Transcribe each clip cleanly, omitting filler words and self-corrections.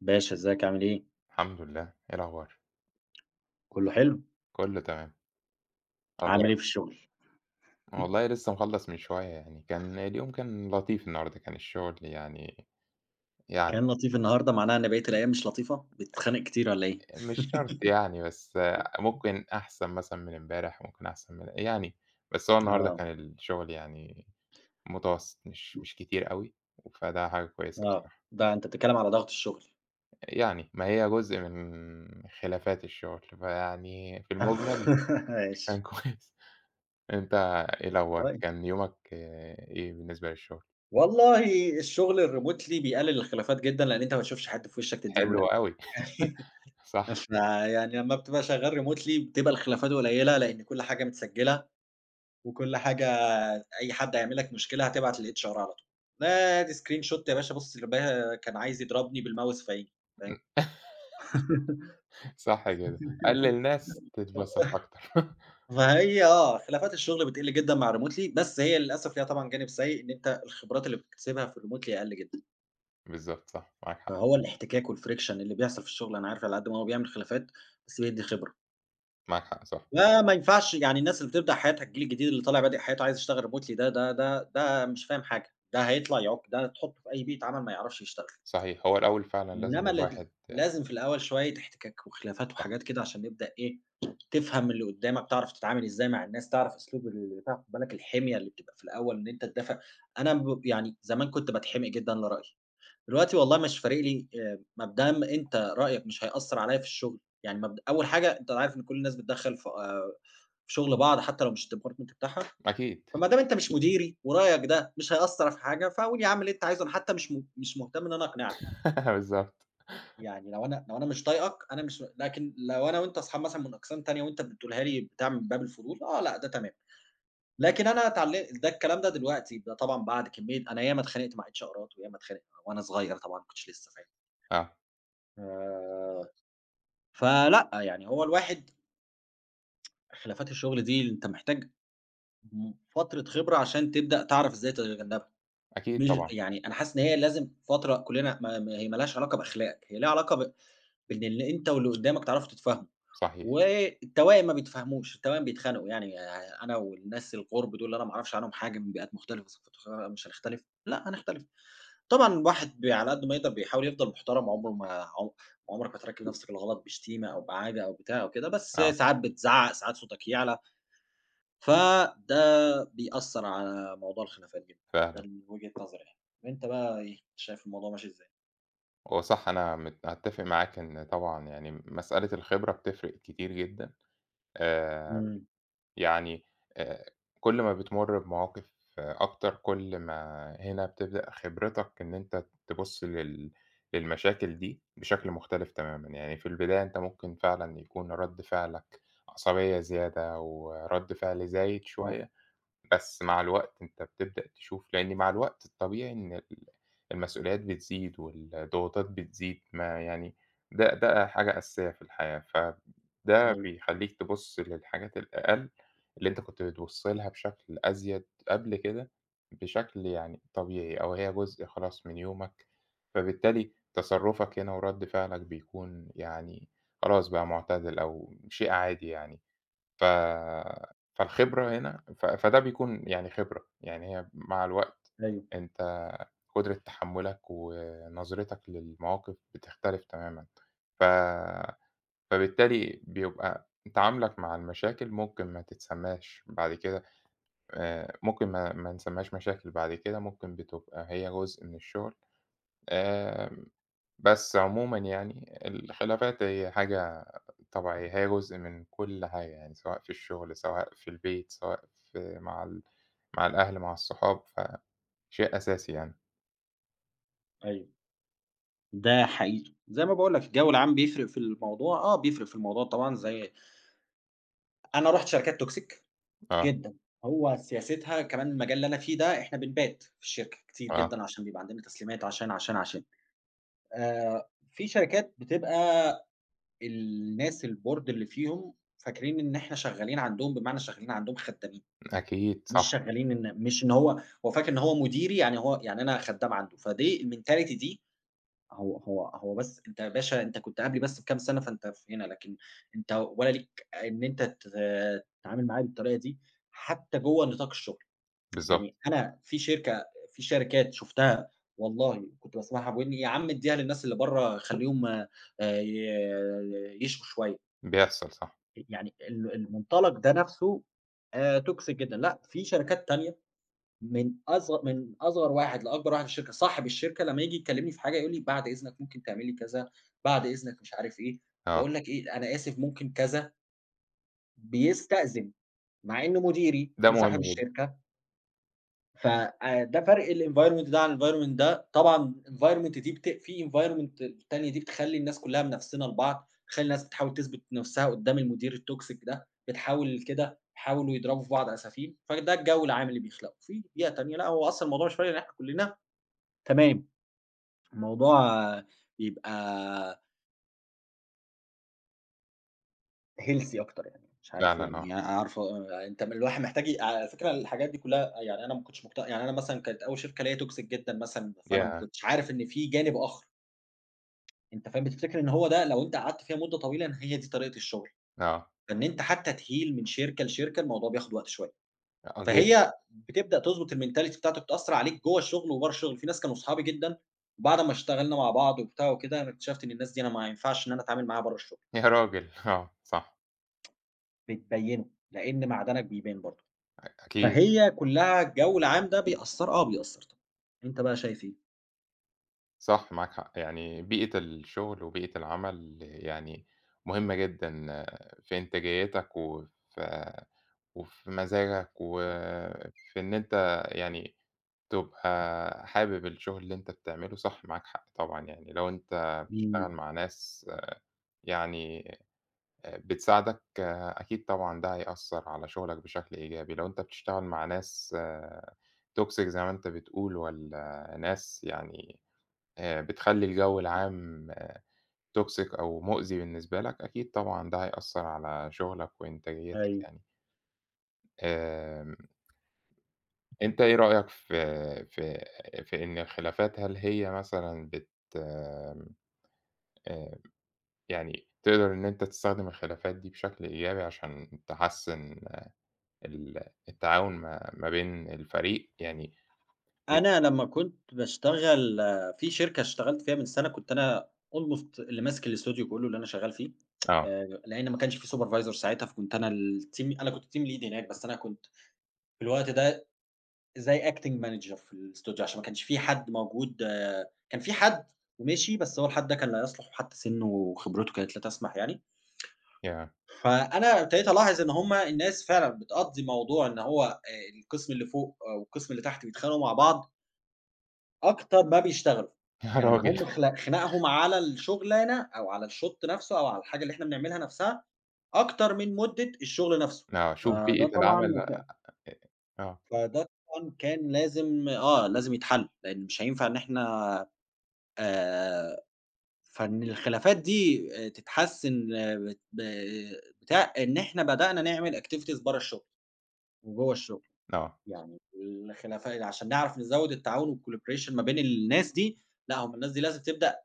باشا ازيك عامل ايه؟ الحمد لله. إيه الأخبار؟ كله حلو؟ كله تمام. عامل ايه أخبارك؟ في الشغل؟ والله لسه مخلّص من شوية يعني، كان لطيف النهارده، كان الشغل يعني كان لطيف النهارده معناها ان بقية الأيام مش لطيفة؟ بتتخانق كتير ولا ايه؟ مش شرط يعني، بس ممكن أحسن مثلًا من امبارح، ممكن أحسن من يعني، بس هو النهارده اه، كان الشغل يعني متوسط، مش كتير أوي، فده حاجة كويسة اه، بصراحة. ده انت بتتكلم على ضغط الشغل. يعني ما هي جزء من خلافات الشغل، فيعني في المجمل كان ماشي. كويس. أنت إيه الأخبار؟ طيب، كان يومك آه، إيه بالنسبة للشغل؟ والله الشغل الريموتلي بيقلل الخلافات جدا لأن انت ما تشوفش حد في وشك تديله لا. حلو أوي. صح. يعني لما بتبقى شغال ريموتلي بتبقى الخلافات قليلة لأن كل حاجة متسجلة وكل حاجة، أي حد هيعمل لك مشكلة هتبعت للHR على طول. ده دي screen shot يا باشا، بُص اللي بها كان عايز يضربني بالماوس في عيني، فاهم؟ إمم، صح كده، قلِّل ناس تتبسط أكتر. فهي خلافات الشغل بتقل جدًا مع الremotely، بس هي للأسف ليها طبعًا جانب سيء إن أنت الخبرات اللي بتكتسبها في الremotely أقل جدًا، بالضبط صح، معاك حق. فهو الاحتكاك والfriction اللي بيحصل في الشغل أنا عارف على قد ما هو بيعمل خلافات، بس بيدّي خبرة. معاك حق صح. فما ينفعش يعني الناس اللي بتبدأ حياتها، الجيل الجديد اللي طالع بادئ حياته عايز يشتغل remotely ده مش فاهم حاجة، ده هيطلع يعُك، ده تحطه في أي بيئة عمل ما يعرفش يشتغل. صحيح، هو الأول فعلًا لازم إنما ل الواحد لازم في الأول شوية احتكاك وخلافات وحاجات كده عشان نبدأ إيه، تفهم اللي قدّامك، تعرف تتعامل إزاي مع الناس، تعرف أسلوب البتاع، خُد بالك الحمية اللي بتبقى في الأول إن أنت تدافع. أنا يعني زمان كنت باتحمق جدًا لرأيي، دلوقتي والله مش فارق لي ما دام أنت رأيك مش هيأثّر عليّا في الشغل، يعني أول حاجة، أنت عارف إن كل الناس بتدخّل في شغل بعض حتى لو مش الdepartment بتاعها، أكيد. فما دام أنت مش مديري ورأيك ده مش هيأثّر في حاجة، فقُل يا عم اللي أنت عايزه، أنا حتى مش مهتم إن أنا أقنعك. بالضبط. يعني لو أنا مش طايقك أنا مش، لكن لو أنا وأنت أصحاب مثلًا من أقسام تانية وأنت بتقولها لي بتاع من باب الفضول، آه لأ، ده تمام. لكن أنا ده الكلام ده دلوقتي، ده طبعًا بعد كمية، أنا ياما اتخانقت مع اتش-ارات وياما اتخانقت وأنا صغير طبعًا ما كنتش لسه فاهم. آه. آآ، فلأ، يعني هو الواحد، خلافات الشغل دي أنت محتاج فترة خبرة عشان تبدأ تعرف إزاي تتجنبها. أكيد مش طبعًا. يعني، أنا حاسس إن هي لازم فترة كلنا، ما هي ما لهاش علاقة بأخلاقك، هي ليها علاقة بإن اللي أنت واللي قدامك تعرفوا تتفاهموا. صحيح. والتوائم ما بيتفاهموش، التوائم بيتخانقوا يعني. أنا والناس الغُرب دول اللي أنا ما أعرفش عنهم حاجة، من بيئات مختلفة، ثقافات مختلفة، مش هنختلف؟ لأ، هنختلف. طبعًا الواحد على قد ما يقدر بيحاول يفضل محترم، عمره ما عمرك ما ترَكِّب نفسك الغلط بشتيمة أو بعاجة أو بتاع أو كده، بس آه. ساعات بتزعّق، ساعات صوتك يعلى، فده بيأثّر على موضوع الخلافات جدًا. ده فعلًا. من وجهة نظري يعني. أنت بقى إيه، شايف الموضوع ماشي إزاي؟ هو صح أنا مت أتّفق معاك إن طبعًا يعني مسألة الخبرة بتفرق كتير جدًا. آآ إمم، يعني آآ كل ما بتمُر بمواقف آه، أكتر، كل ما هنا بتبدأ خبرتك إن أنت تبُص للمشاكل دي بشكل مختلف تمامًا. يعني في البداية أنت ممكن فعلًا يكون رَد فعلك عصبية زيادة ورَد فعل زايد آه، شوية. بس مع الوقت أنت بتبدأ تشوف لإن مع الوقت الطبيعي إن المسؤوليات بتزيد والضغوطات بتزيد، ما يعني ده حاجة أساسية في الحياة، فده أيوه، بيخلّيك تبُص للحاجات الأقل اللي أنت كنت بتبُص لها بشكل أزيد قبل كده، بشكل يعني طبيعي أو هي جزء خلاص من يومك، فبالتالي تصرُّفك هنا ورَد فعلك بيكون يعني خلاص بقى معتدل أو شيء عادي يعني. ف فالخبرة هنا ف فده بيكون يعني خبرة، يعني هي مع الوقت أيوه، أنت قدرة تحمُّلك ونظرتك للمواقف بتختلف تمامًا. ف فبالتالي بيبقى تعاملك مع المشاكل ممكن ما تتسمّاش بعد كده، ممكن ما نسمّاهاش مشاكل بعد كده، ممكن بتبقى هي جزء من الشغل. آآ بس عمومًا يعني الخلافات هي حاجة طبيعية، هي جزء من كل حاجة يعني، سواء في الشغل، سواء في البيت، سواء في مع ال مع الأهل، مع الصحاب، فشيء أساسي يعني. أيوه. ده حقيقي. زي ما باقول لك، الجو العام بيفرق في الموضوع، بيفرق في الموضوع طبعًا. زي أنا رُحت شركات toxic آه. جدًا، هو سياستها كمان المجال اللي أنا فيه ده، إحنا بنبات في الشركة كتير آه. جدًا عشان بيبقى عندنا تسليمات، عشان، عشان، عشان. في شركات بتبقى الناس، الboard اللي فيهم فاكرين إن إحنا شغالين عندهم، بمعنى شغالين عندهم خدّامين، أكيد مش صح. شغالين، إن مش إن هو فاكر إن هو مديري، يعني هو يعني أنا خدّام عنده. فدي الmentality دي، هو بس أنت يا باشا أنت كنت قبلي بس بكام سَنة، فأنت في هنا، لكن أنت ولا ليك إن أنت تتعامل معايا بالطريقة دي حتى جوّه نطاق الشغل. بالضبط. يعني أنا في شركات شُفتها، والله كنت باسمعها بودني، يا عم ادّيها للناس اللي برّه خلّيهم ي يشوا شوية. بيحصل صح. يعني المنطلق ده نَفْسه toxic جدًا. لأ، في شركات تانية، من أصغر من أصغر واحد لأكبر واحد في الشركة، صاحب الشركة لمّا ييجي يكلّمني في حاجة يقول لي: "بعد إذنك ممكن تعملي كذا، بعد إذنك مش عارف إيه." آه. باقول لك إيه، أنا آسف ممكن كذا، بيستأذن، مع إنه مديري ده مهم وصاحب جدًا الشركة. ف ده فرق الenvironment ده عن الenvironment ده. طبعًا environment دي، في environment التانية دي بتخلّي الناس كلّها منافسينها لبعض، بتخلّي الناس بتحاول تثبت نَفْسها قدّام المدير الtoxic ده، بتحاول كده يحاولوا يضربوا في بعض أسافين، فده الجو العام اللي بيخلقه. في بيئة تانية لأ، هو أصلًا الموضوع مش فارق، إن إحنا كلّنا تمام، الموضوع بيبقى healthy أكتر يعني، مش عارف، فعلًا آه. يعني عارفة أنت الواحد محتاج على فكرة الحاجات دي كلّها. يعني أنا ما كنتش يعني، أنا مثلًا كانت أول شركة ليّا toxic جدًا مثلًا، فأنا ما ياه! كنتش عارف إن في جانب آخر. أنت فاهم؟ بتفتكر إن هو ده، لو أنت قعدت فيها مدة طويلة إن هي دي طريقة الشغل. آه. فإن أنت حتى تheal من شركة لشركة الموضوع بياخد وقت شوية، آه جدًا. فهي بتبدأ تضبط الmentality بتاعتك، تأثّر عليك جوّه الشغل وبرّه الشغل. في ناس كانوا صحابي جدًا، وبعد ما اشتغلنا مع بعض وبتاع وكده، أنا اكتشفت إن الناس دي أنا ما ينفعش إن أنا أتعامل معاها برّه الشغل. يا راجل! آه. صح. بتبيّنه، لإن معدنك بيبان برضه. أكيد. فهي كلّها الجو العام ده بيأثّر، آه بيأثّر طبعًا. أنت بقى شايف إيه؟ صح معاك حق، يعني بيئة الشغل وبيئة العمل يعني مهمة جدًا في إنتاجيتك وفي مزاجك، وفي إن أنت يعني تبقى حابب الشغل اللي أنت بتعمله صح. معاك حق طبعًا، يعني لو أنت إمم، بتشتغل مع ناس يعني بتساعدك، أكيد طبعًا ده هيأثّر على شغلك بشكل إيجابي. لو أنت بتشتغل مع ناس toxic زي ما أنت بتقول، والّا ناس يعني بتخلّي الجو العام toxic أو مؤذي بالنسبة لك، أكيد طبعًا ده هيأثّر على شغلك وإنتاجيتك أيوه. يعني. آمم أنت إيه رأيك في في في إن الخلافات هل هي مثلًا آمم، آآ، يعني تقدر إن أنت تستخدم الخلافات دي بشكل إيجابي عشان تحسّن ال التعاون ما بين الفريق؟ يعني يع أنا لمّا كنت باشتغل في شركة اشتغلت فيها من سَنة، كنت أنا almost اللي ماسك الإستوديو كلّه اللي أنا شغّال فيه. آه. لإن ما كانش في supervisor ساعتها، فكنت أنا الteam أنا كنت team lead هناك، بس أنا كنت في الوقت ده زي acting manager في الإستوديو، عشان ما كانش في حد موجود. كان في حد ومشي، بس هو الحد ده كان لا يصلح، وحتى سِنّه وخبرته كانت لا تسمح يعني. ياه! فأنا ابتديت ألاحظ إن هم الناس فعلًا بتقضّي موضوع، إن هو القسم اللي فوق والقسم اللي تحت بيتخانقوا مع بعض أكتر ما بيشتغلوا. يا يعني هم راجل! آه. خناقهم على الشغلانة أو على الشُّط نَفْسه أو على الحاجة اللي إحنا بنعملها نَفْسها أكتر من مدة الشغل نَفْسه. آه، شوف فده بيئة العمل طبعًا ك آه. فده طبعًا كان لازم، آه، لازم يتحَل، لإن مش هينفع إن إحنا آآ فإن الخلافات دي تتحسّن بت ب بتاع، إن إحنا بدأنا نعمل activities برّه الشغل وجوّه الشغل. آه. يعني الخلافة عشان نعرف نزوّد التعاون والcollaboration ما بين الناس دي. لأ، هُم الناس دي لازم تبدأ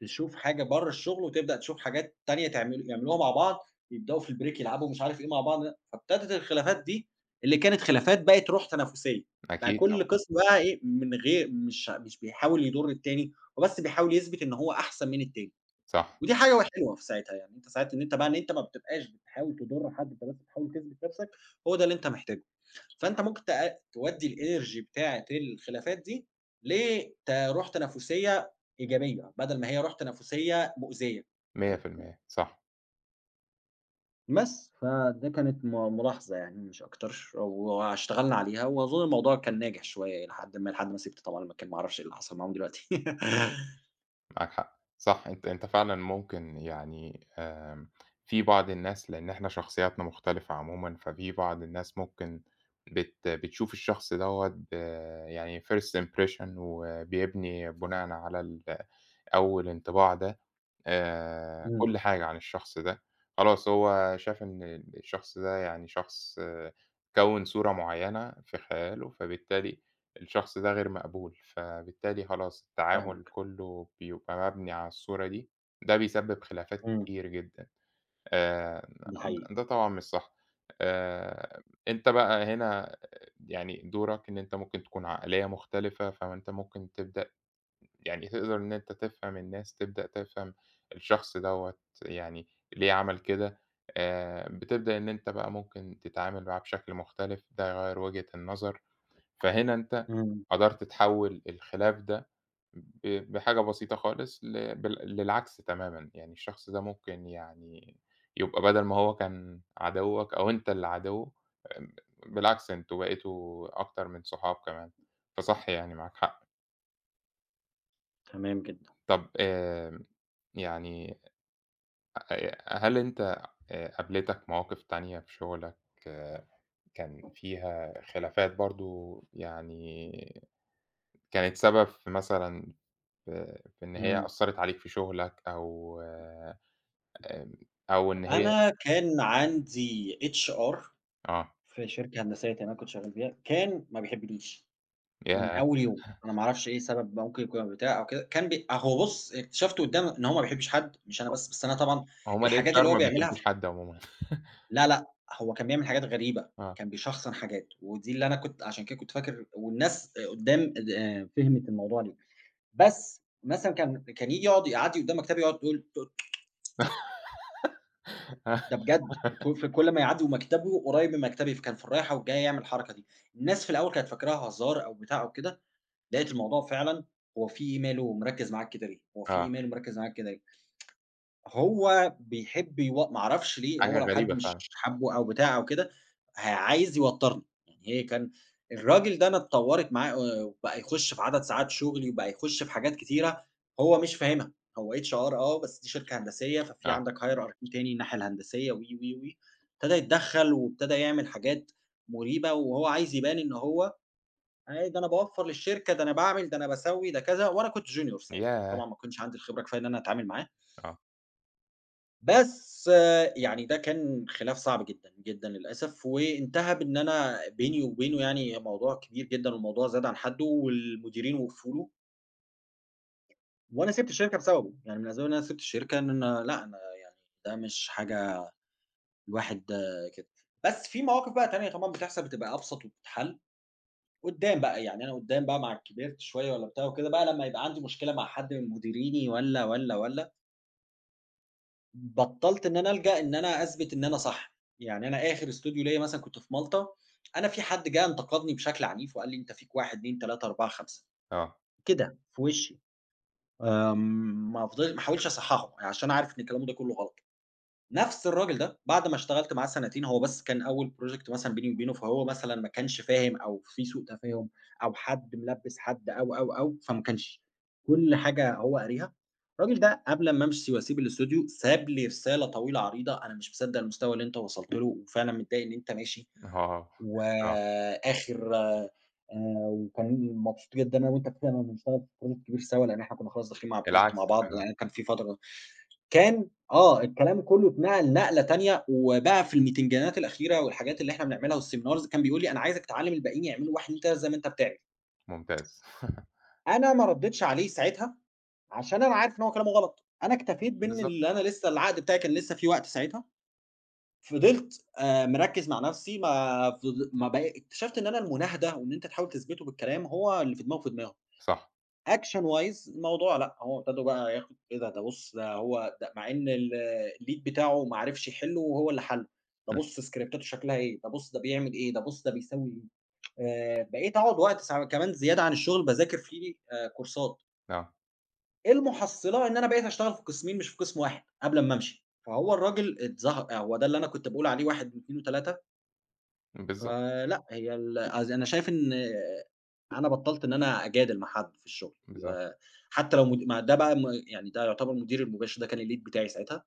تشوف حاجة برّه الشغل، وتبدأ تشوف حاجات تانية يعملوها مع بعض، يبدأوا في الbreak يلعبوا مش عارف إيه مع بعض. فابتدت الخلافات دي اللي كانت خلافات بقت روح تنافسية، بقى أكيد كل طبعًا. قِسم بقى إيه من غير، مش بيحاول يضُر التاني، هو بس بيحاول يثبت إن هو أحسن من التاني. صح. ودي حاجة حلوة في ساعتها، يعني أنت ساعتها إن أنت بقى، إن أنت ما بتبقاش بتحاول تضر حد، أنت بس بتحاول تثبت نَفْسك، هو ده اللي أنت محتاجه. فأنت ممكن تودّي الenergy بتاعة الخلافات دي لروح تنافسية إيجابية، بدل ما هي روح تنافسية مؤذية. فاهم؟ 100% صح. بس، فده كانت ملاحظة يعني مش أكتر، واشتغلنا عليها وأظن الموضوع كان ناجح شوية إلى حدٍ ما، لحد ما سِبت طبعًا المكان، ما أعرفش إيه اللي حصل معاهم دلوقتي. معاك حق. صح، أنت فعلًا ممكن يعني في بعض الناس لإن إحنا شخصياتنا مختلفة عمومًا، ففي بعض الناس ممكن بتشوف الشخص دوّة يعني first impression، وبيبني بناءً على أول انطباع ده. إمم، كل حاجة عن الشخص ده، خلاص هو شاف إن الشخص ده يعني شخص آه، كوّن صورة معيّنة في خياله، فبالتالي الشخص ده غير مقبول، فبالتالي خلاص التعامل فاهمك، كلّه بيبقى مبني على الصورة دي، ده بيسبب خلافات إمم، كتير جدًا. آآ ده حقيقي، ده طبعًا مش صح. آآ أنت بقى هنا يعني دورك إن أنت ممكن تكون عقلية مختلفة، فما أنت ممكن تبدأ يعني تقدر إن أنت تفهم الناس، تبدأ تفهم الشخص دوّة يعني ليه عمل كده. بتبدأ إن أنت بقى ممكن تتعامل معاه بشكل مختلف، ده يغيّر وجهة النظر، فهنا أنت إمم، قدرت تحوّل الخلاف ده ب بحاجة بسيطة خالص للعكس تمامًا، يعني الشخص ده ممكن يعني يبقى بدل ما هو كان عدوّك أو أنت اللي عدوّه، آآ بالعكس أنتم بقيتوا أكتر من صحاب كمان، فصح يعني معاك حق. تمام جدًا، طب يعني هل أنت قابلتك مواقف تانية في شغلك آه، كان فيها خلافات برضه يعني كانت سبب في مثلًا في إن هي إمم. أثّرت عليك في شغلك أو أو إن هي أنا كان عندي HR آه. في شركة هندسية اللي أنا كنت شغال فيها، كان ما بيحبنيش من ياه! أول يوم، أنا ما أعرفش إيه السبب، ممكن يكون بتاع أو كده. كان بي هو بُص، اكتشفت قدّام إن هو ما بيحبش حد، مش أنا بس، بس أنا طبعًا أ هُم الحاجات اللي الHR هو ما بيعملها. بيحبوش حد عمومًا. لا، لأ، هو كان بيعمل حاجات غريبة، آه. كان بيشخصن حاجات، ودي اللي أنا كنت عشان كده كنت فاكر، والناس قدّام د فهمت الموضوع ليه. بس مثلًا كان ييجي يقعد يقعدني قدّام مكتبي يقعد يقول ده بجد، في كل ما يعدّي ومكتبه قريب من مكتبي، فكان في الرايحة والجاية يعمل الحركة دي. الناس في الأول كانت فاكراها هزار أو بتاع أو كده، لقيت الموضوع فعلًا. هو في إيه ماله مركّز معاك كده ليه، هو في إيه آه. ماله مركّز معاك كده ليه؟ هو بيحب ما اعرفش ليه، هو حاجة لو حد غريبة مش فعلًا. حابه أو بتاع أو كده، عايز يوتّرني. يعني هي كان الراجل ده أنا اتطوّرت معاه وبقى يخش في عدد ساعات شغلي، وبقى يخش في حاجات كتيرة هو مش فاهمها. هو HR آه، بس دي شركة هندسية، ففي آه. عندك hierarchy تاني الناحية الهندسية، و، و، و، ابتدى يتدخّل وابتدى يعمل حاجات مريبة، وهو عايز يبان إن هو: "أي ده أنا باوفّر للشركة، ده أنا باعمل، ده أنا باسوّي، ده كذا." وأنا كنت junior ساعتها، ياه! طبعًا ما كنتش عندي الخبرة كفاية إن أنا أتعامل معاه. آه. بس يعني ده كان خلاف صعب جدًا، جدًا للأسف، وانتهى بإن أنا بيني وبينه يعني موضوع كبير جدًا، والموضوع زاد عن حدّه، والمديرين وقفوا له، وأنا سِبت الشركة بسببه. يعني من الأسباب إن أنا سِبت الشركة إن أنا، لأ، أنا يعني ده مش حاجة الواحد، كده. بس في مواقف بقى تانية طبعًا بتحصل بتبقى أبسط وبتتحل قدّام بقى. يعني أنا قدّام بقى مع كبرت شوية والّا بتاع وكده بقى، لمّا يبقى عندي مشكلة مع حد من مديريني والّا، والّا، والّا، بطّلت إن أنا ألجأ إن أنا أثبت إن أنا صح. يعني أنا آخر استوديو ليّا مثلًا كنت في مالطا، أنا في حد جه انتقدني بشكل عنيف وقال لي: "أنت فيك 1، 2، 3، 4، 5" آه. كده في وشّي. ما فضل ما حاولتش أصحّحه، عشان عارف إن كلامه ده كلّه غلط. نفس الراجل ده بعد ما اشتغلت معاه سنتين، هو بس كان أول project مثلًا بيني وبينه، فهو مثلًا ما كانش فاهم أو في سوء تفاهم أو حد ملبِّس حد أو، أو، أو، فما كانش كل حاجة هو قاريها. الراجل ده قبل أمّا أمشي وأسيب الإستوديو ساب لي رسالة طويلة عريضة: "أنا مش مصدّق المستوى اللي أنت وصلت له وفعلًا متضايق إن أنت ماشي، آه. آه. وآخر وكان مبسوط جدًا أنا وأنت كده، انا بنشتغل في project كبير سوا." لإن إحنا كُنّا خلاص داخلين مع الproject مع العكس بعض، تمام. لإن كان في فترة، كان آه، الكلام كلّه اتنقل نقلة تانية، وبقى في الميتنجانات الأخيرة والحاجات اللي إحنا بنعملها والseminars كان بيقول لي: "أنا عايزك تعلّم الباقيين يعملوا 1، 2، 3 زي ما أنت بتعمل." ممتاز. أنا ما ردّيتش عليه ساعتها، عشان أنا عارف إن هو كلامه غلط. أنا اكتفيت بإن بالضبط. اللي أنا لسه العقد بتاعي كان لسه فيه وقت ساعتها، فضلت مركّز مع نفسي. ما فض ما بق اكتشفت إن أنا المناهدة وإن أنت تحاول تثبته بالكلام هو اللي في دماغه في دماغه. صح. action wise الموضوع لأ، هو ابتدوا بقى ياخد إيه ده، ده بُص ده، هو ده، مع إن ال الlead بتاعه ما عرفش يحلّه وهو اللي حلّه، ده إمم. بُص سكريبتاته شكلها إيه، ده بُص ده بيعمل إيه، ده بُص ده بيسوي إيه. بقيت أقعد وقت كمان زيادة عن الشغل باذاكر فيه كورسات. آه. إيه المُحصّلة؟ إن أنا بقيت أشتغل في قسمين مش في قسم واحد قبل أمّا أمشي، فهو الراجل هو ده اللي أنا كنت باقول عليه 1 و2 و3. بالضبط. فلأ، هي قصد، أنا شايف إن أنا بطّلت إن أنا أجادل مع حد في الشغل. بالضبط. آآ حتى لو ما ده بقى يعني ده يعتبر مديري المباشر، ده كان الlead بتاعي ساعتها،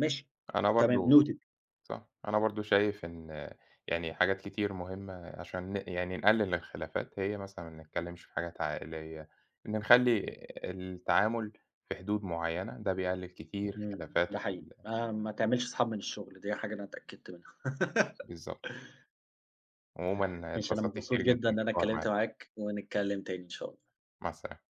ماشي، أنا تمام، برضه noted. صح، أنا برضه شايف إن يعني حاجات كتير مهمة عشان يعني نقلل الخلافات، هي مثلًا ما نتكلمش في حاجات عائلية، إن نخلي التعامل في حدود معيّنة، ده بيقلل كتير إمم، خلافات ده في حقيقي، ال ما تعملش أصحاب من الشغل، دي حاجة أنا اتأكدت منها. بالضبط. عمومًا ماشي، أنا اتبسطت مبسوط كتير جدًا جدًا إن أنا بالحوار اتكلمت معاك. معاك، ونتكلم تاني إن شاء الله. مع السلامة.